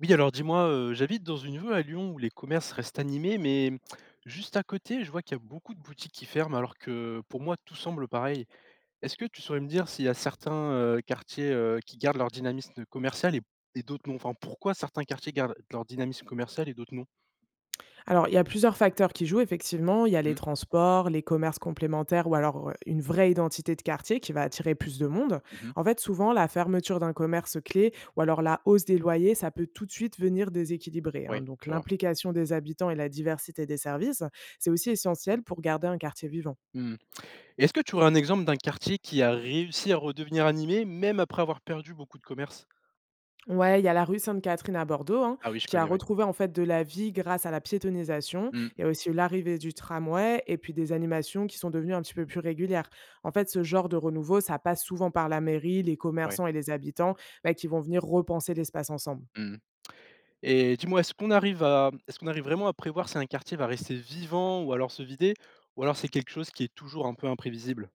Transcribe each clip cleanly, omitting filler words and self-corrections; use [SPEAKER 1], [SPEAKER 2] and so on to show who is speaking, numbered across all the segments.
[SPEAKER 1] Oui, alors dis-moi, j'habite dans une ville à Lyon où les commerces restent animés, mais juste à côté, je vois qu'il y a beaucoup de boutiques qui ferment alors que pour moi tout semble pareil. Est-ce que tu saurais me dire s'il y a certains, quartiers, qui gardent leur dynamisme commercial et d'autres non? Enfin, pourquoi certains quartiers gardent leur dynamisme commercial et d'autres non?
[SPEAKER 2] Alors, il y a plusieurs facteurs qui jouent, effectivement. Il y a
[SPEAKER 1] Mmh
[SPEAKER 2] les
[SPEAKER 1] mh.
[SPEAKER 2] transports, les commerces complémentaires ou alors une vraie identité de quartier qui va attirer plus de monde.
[SPEAKER 1] Mmh.
[SPEAKER 2] En fait, souvent, la fermeture d'un commerce clé ou alors la hausse des loyers, ça peut tout de suite venir déséquilibrer, hein.
[SPEAKER 1] Oui,
[SPEAKER 2] Donc,
[SPEAKER 1] je vois.
[SPEAKER 2] l'implication des habitants et la diversité des services, c'est aussi essentiel pour garder un quartier vivant.
[SPEAKER 1] Mmh. Et est-ce que tu aurais un exemple d'un quartier qui a réussi à redevenir animé, même après avoir perdu beaucoup de commerces?
[SPEAKER 2] Ouais, il y a la rue Sainte-Catherine à Bordeaux, hein,
[SPEAKER 1] Ah oui, je
[SPEAKER 2] qui a
[SPEAKER 1] connais, oui.
[SPEAKER 2] retrouvé en fait de la vie grâce à la piétonisation.
[SPEAKER 1] Mmh.
[SPEAKER 2] Il y a aussi l'arrivée du tramway et puis des animations qui sont devenues un petit peu plus régulières. En fait, ce genre de renouveau, ça passe souvent par la mairie, les
[SPEAKER 1] Ouais.
[SPEAKER 2] commerçants et les habitants bah, qui vont venir repenser l'espace ensemble.
[SPEAKER 1] Mmh. Et dis-moi, est-ce qu'on arrive vraiment à prévoir si un quartier va rester vivant ou alors se vider? Ou alors c'est quelque chose qui est toujours un peu imprévisible?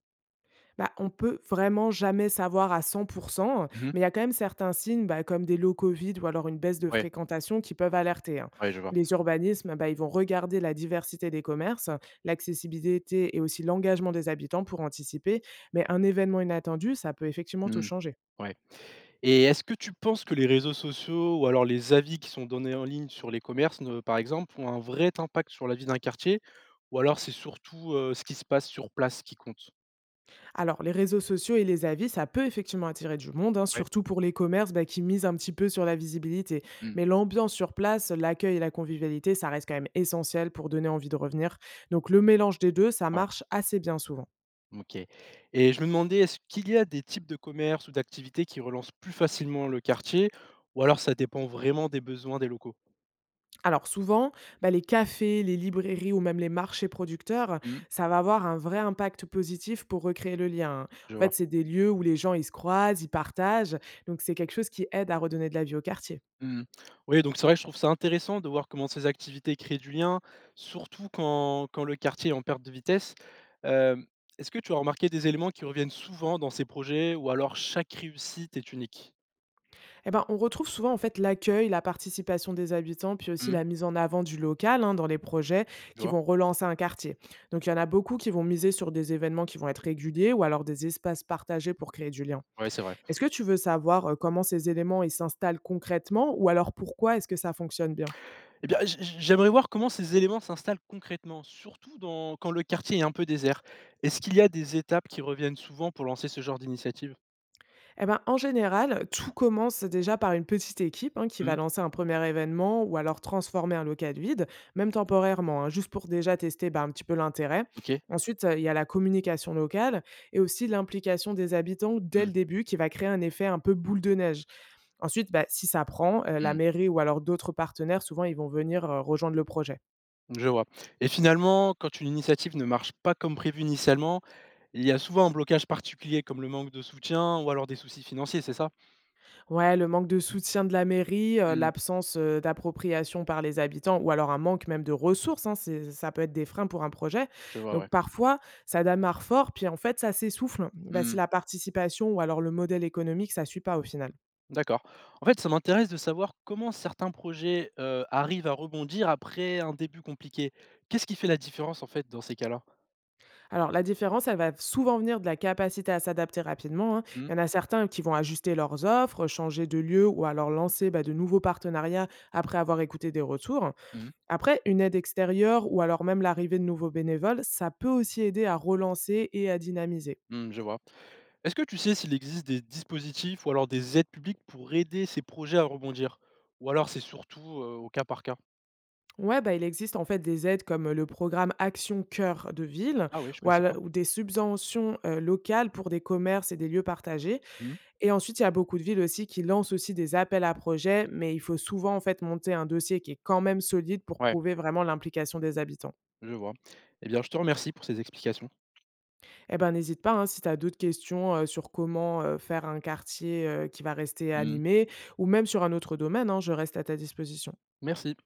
[SPEAKER 2] Bah, on peut vraiment jamais savoir à 100 %,
[SPEAKER 1] Mmh.
[SPEAKER 2] mais il y a quand même certains signes, bah, comme des lots Covid ou alors une baisse de
[SPEAKER 1] Ouais,
[SPEAKER 2] fréquentation qui peuvent alerter, hein.
[SPEAKER 1] ouais, je vois.
[SPEAKER 2] Les urbanismes, bah, ils vont regarder la diversité des commerces, l'accessibilité et aussi l'engagement des habitants pour anticiper, mais un événement inattendu, ça peut effectivement tout
[SPEAKER 1] Mmh.
[SPEAKER 2] changer.
[SPEAKER 1] Ouais. Et est-ce que tu penses que les réseaux sociaux ou alors les avis qui sont donnés en ligne sur les commerces ne par exemple, ont un vrai impact sur la vie d'un quartier? Ou alors c'est surtout, ce qui se passe sur place qui compte?
[SPEAKER 2] Alors, les réseaux sociaux et les avis, ça peut effectivement attirer du monde, hein,
[SPEAKER 1] Ouais.
[SPEAKER 2] surtout pour les commerces bah, qui misent un petit peu sur la visibilité.
[SPEAKER 1] Mmh.
[SPEAKER 2] Mais l'ambiance sur place, l'accueil et la convivialité, ça reste quand même essentiel pour donner envie de revenir. Donc, le mélange des deux, ça
[SPEAKER 1] Ouais.
[SPEAKER 2] marche assez bien souvent.
[SPEAKER 1] OK. Et je me demandais, est-ce qu'il y a des types de commerces ou d'activités qui relancent plus facilement le quartier ou alors ça dépend vraiment des besoins des locaux?
[SPEAKER 2] Alors, souvent, bah, les cafés, les librairies ou même les marchés producteurs,
[SPEAKER 1] Mmh.
[SPEAKER 2] ça va avoir un vrai impact positif pour recréer le lien, hein.
[SPEAKER 1] Je
[SPEAKER 2] En
[SPEAKER 1] vois.
[SPEAKER 2] fait, c'est des lieux où les gens, ils se croisent, ils partagent. Donc, c'est quelque chose qui aide à redonner de la vie au quartier.
[SPEAKER 1] Mmh. Oui, donc c'est vrai que je trouve ça intéressant de voir comment ces activités créent du lien, surtout quand le quartier est en perte de vitesse. Hem, est-ce que tu as remarqué des éléments qui reviennent souvent dans ces projets ou alors chaque réussite est unique?
[SPEAKER 2] Eh ben, on retrouve souvent en fait l'accueil, la participation des habitants, puis aussi
[SPEAKER 1] Mmh.
[SPEAKER 2] la mise en avant du local hein, dans les projets
[SPEAKER 1] Je
[SPEAKER 2] qui
[SPEAKER 1] vois.
[SPEAKER 2] vont relancer un quartier. Donc il y en a beaucoup qui vont miser sur des événements qui vont être réguliers ou alors des espaces partagés pour créer du lien.
[SPEAKER 1] Ouais, c'est vrai.
[SPEAKER 2] Est-ce que tu veux savoir comment ces éléments ils s'installent concrètement ou alors pourquoi est-ce que ça fonctionne bien?
[SPEAKER 1] Eh bien, j'aimerais voir comment ces éléments s'installent concrètement, surtout dans quand le quartier est un peu désert. Est-ce qu'il y a des étapes qui reviennent souvent pour lancer ce genre d'initiative?
[SPEAKER 2] Eh ben, en général, tout commence déjà par une petite équipe hein, qui
[SPEAKER 1] Mmh,
[SPEAKER 2] va lancer un premier événement ou alors transformer un local vide, même temporairement, hein, juste pour déjà tester bah, un petit peu l'intérêt.
[SPEAKER 1] OK.
[SPEAKER 2] Ensuite, il y a la communication locale et aussi l'implication des habitants dès
[SPEAKER 1] Mmh,
[SPEAKER 2] le début qui va créer un effet un peu boule de neige. Ensuite, bah, si ça prend, la
[SPEAKER 1] mmh.
[SPEAKER 2] mairie ou alors d'autres partenaires, souvent, ils vont venir rejoindre le projet.
[SPEAKER 1] Je vois. Et finalement, quand une initiative ne marche pas comme prévu initialement, il y a souvent un blocage particulier comme le manque de soutien ou alors des soucis financiers, c'est ça?
[SPEAKER 2] Ouais, le manque de soutien de la mairie,
[SPEAKER 1] Mmh,
[SPEAKER 2] l'absence, d'appropriation par les habitants ou alors un manque même de ressources, hein, c'est ça peut être des freins pour un projet.
[SPEAKER 1] je vois, ouais.
[SPEAKER 2] Donc parfois, ça démarre fort, puis en fait, ça s'essouffle, bah, si
[SPEAKER 1] Mmh,
[SPEAKER 2] la participation ou alors le modèle économique, ça suit pas au final.
[SPEAKER 1] d'accord. En fait, ça m'intéresse de savoir comment certains projets, arrivent à rebondir après un début compliqué. Qu'est-ce qui fait la différence, en fait, dans ces cas-là?
[SPEAKER 2] Alors la différence, elle va souvent venir de la capacité à s'adapter rapidement, hein. Il y en a certains qui vont ajuster leurs offres, changer de lieu ou alors lancer, bah, de nouveaux partenariats après avoir écouté des retours.
[SPEAKER 1] Mmh.
[SPEAKER 2] Après, une aide extérieure ou alors même l'arrivée de nouveaux bénévoles, ça peut aussi aider à relancer et à dynamiser.
[SPEAKER 1] Mmh, je vois. Est-ce que tu sais s'il existe des dispositifs ou alors des aides publiques pour aider ces projets à rebondir? Ou alors c'est surtout, au cas par cas?
[SPEAKER 2] Ouais, bah, il existe en fait des aides comme le programme Action Cœur de Ville
[SPEAKER 1] Ah oui, je connaissais pas.
[SPEAKER 2] ou des subventions locales pour des commerces et des lieux partagés.
[SPEAKER 1] Mmh.
[SPEAKER 2] Et ensuite, il y a beaucoup de villes aussi qui lancent aussi des appels à projets, mais il faut souvent en fait monter un dossier qui est quand même solide pour
[SPEAKER 1] Ouais,
[SPEAKER 2] prouver vraiment l'implication des habitants.
[SPEAKER 1] je vois. Eh bien, je te remercie pour ces explications.
[SPEAKER 2] Eh ben, n'hésite pas, hein, si tu as d'autres questions sur comment faire un quartier qui va rester
[SPEAKER 1] Mmh.
[SPEAKER 2] animé, ou même sur un autre domaine, hein, je reste à ta disposition.
[SPEAKER 1] Merci.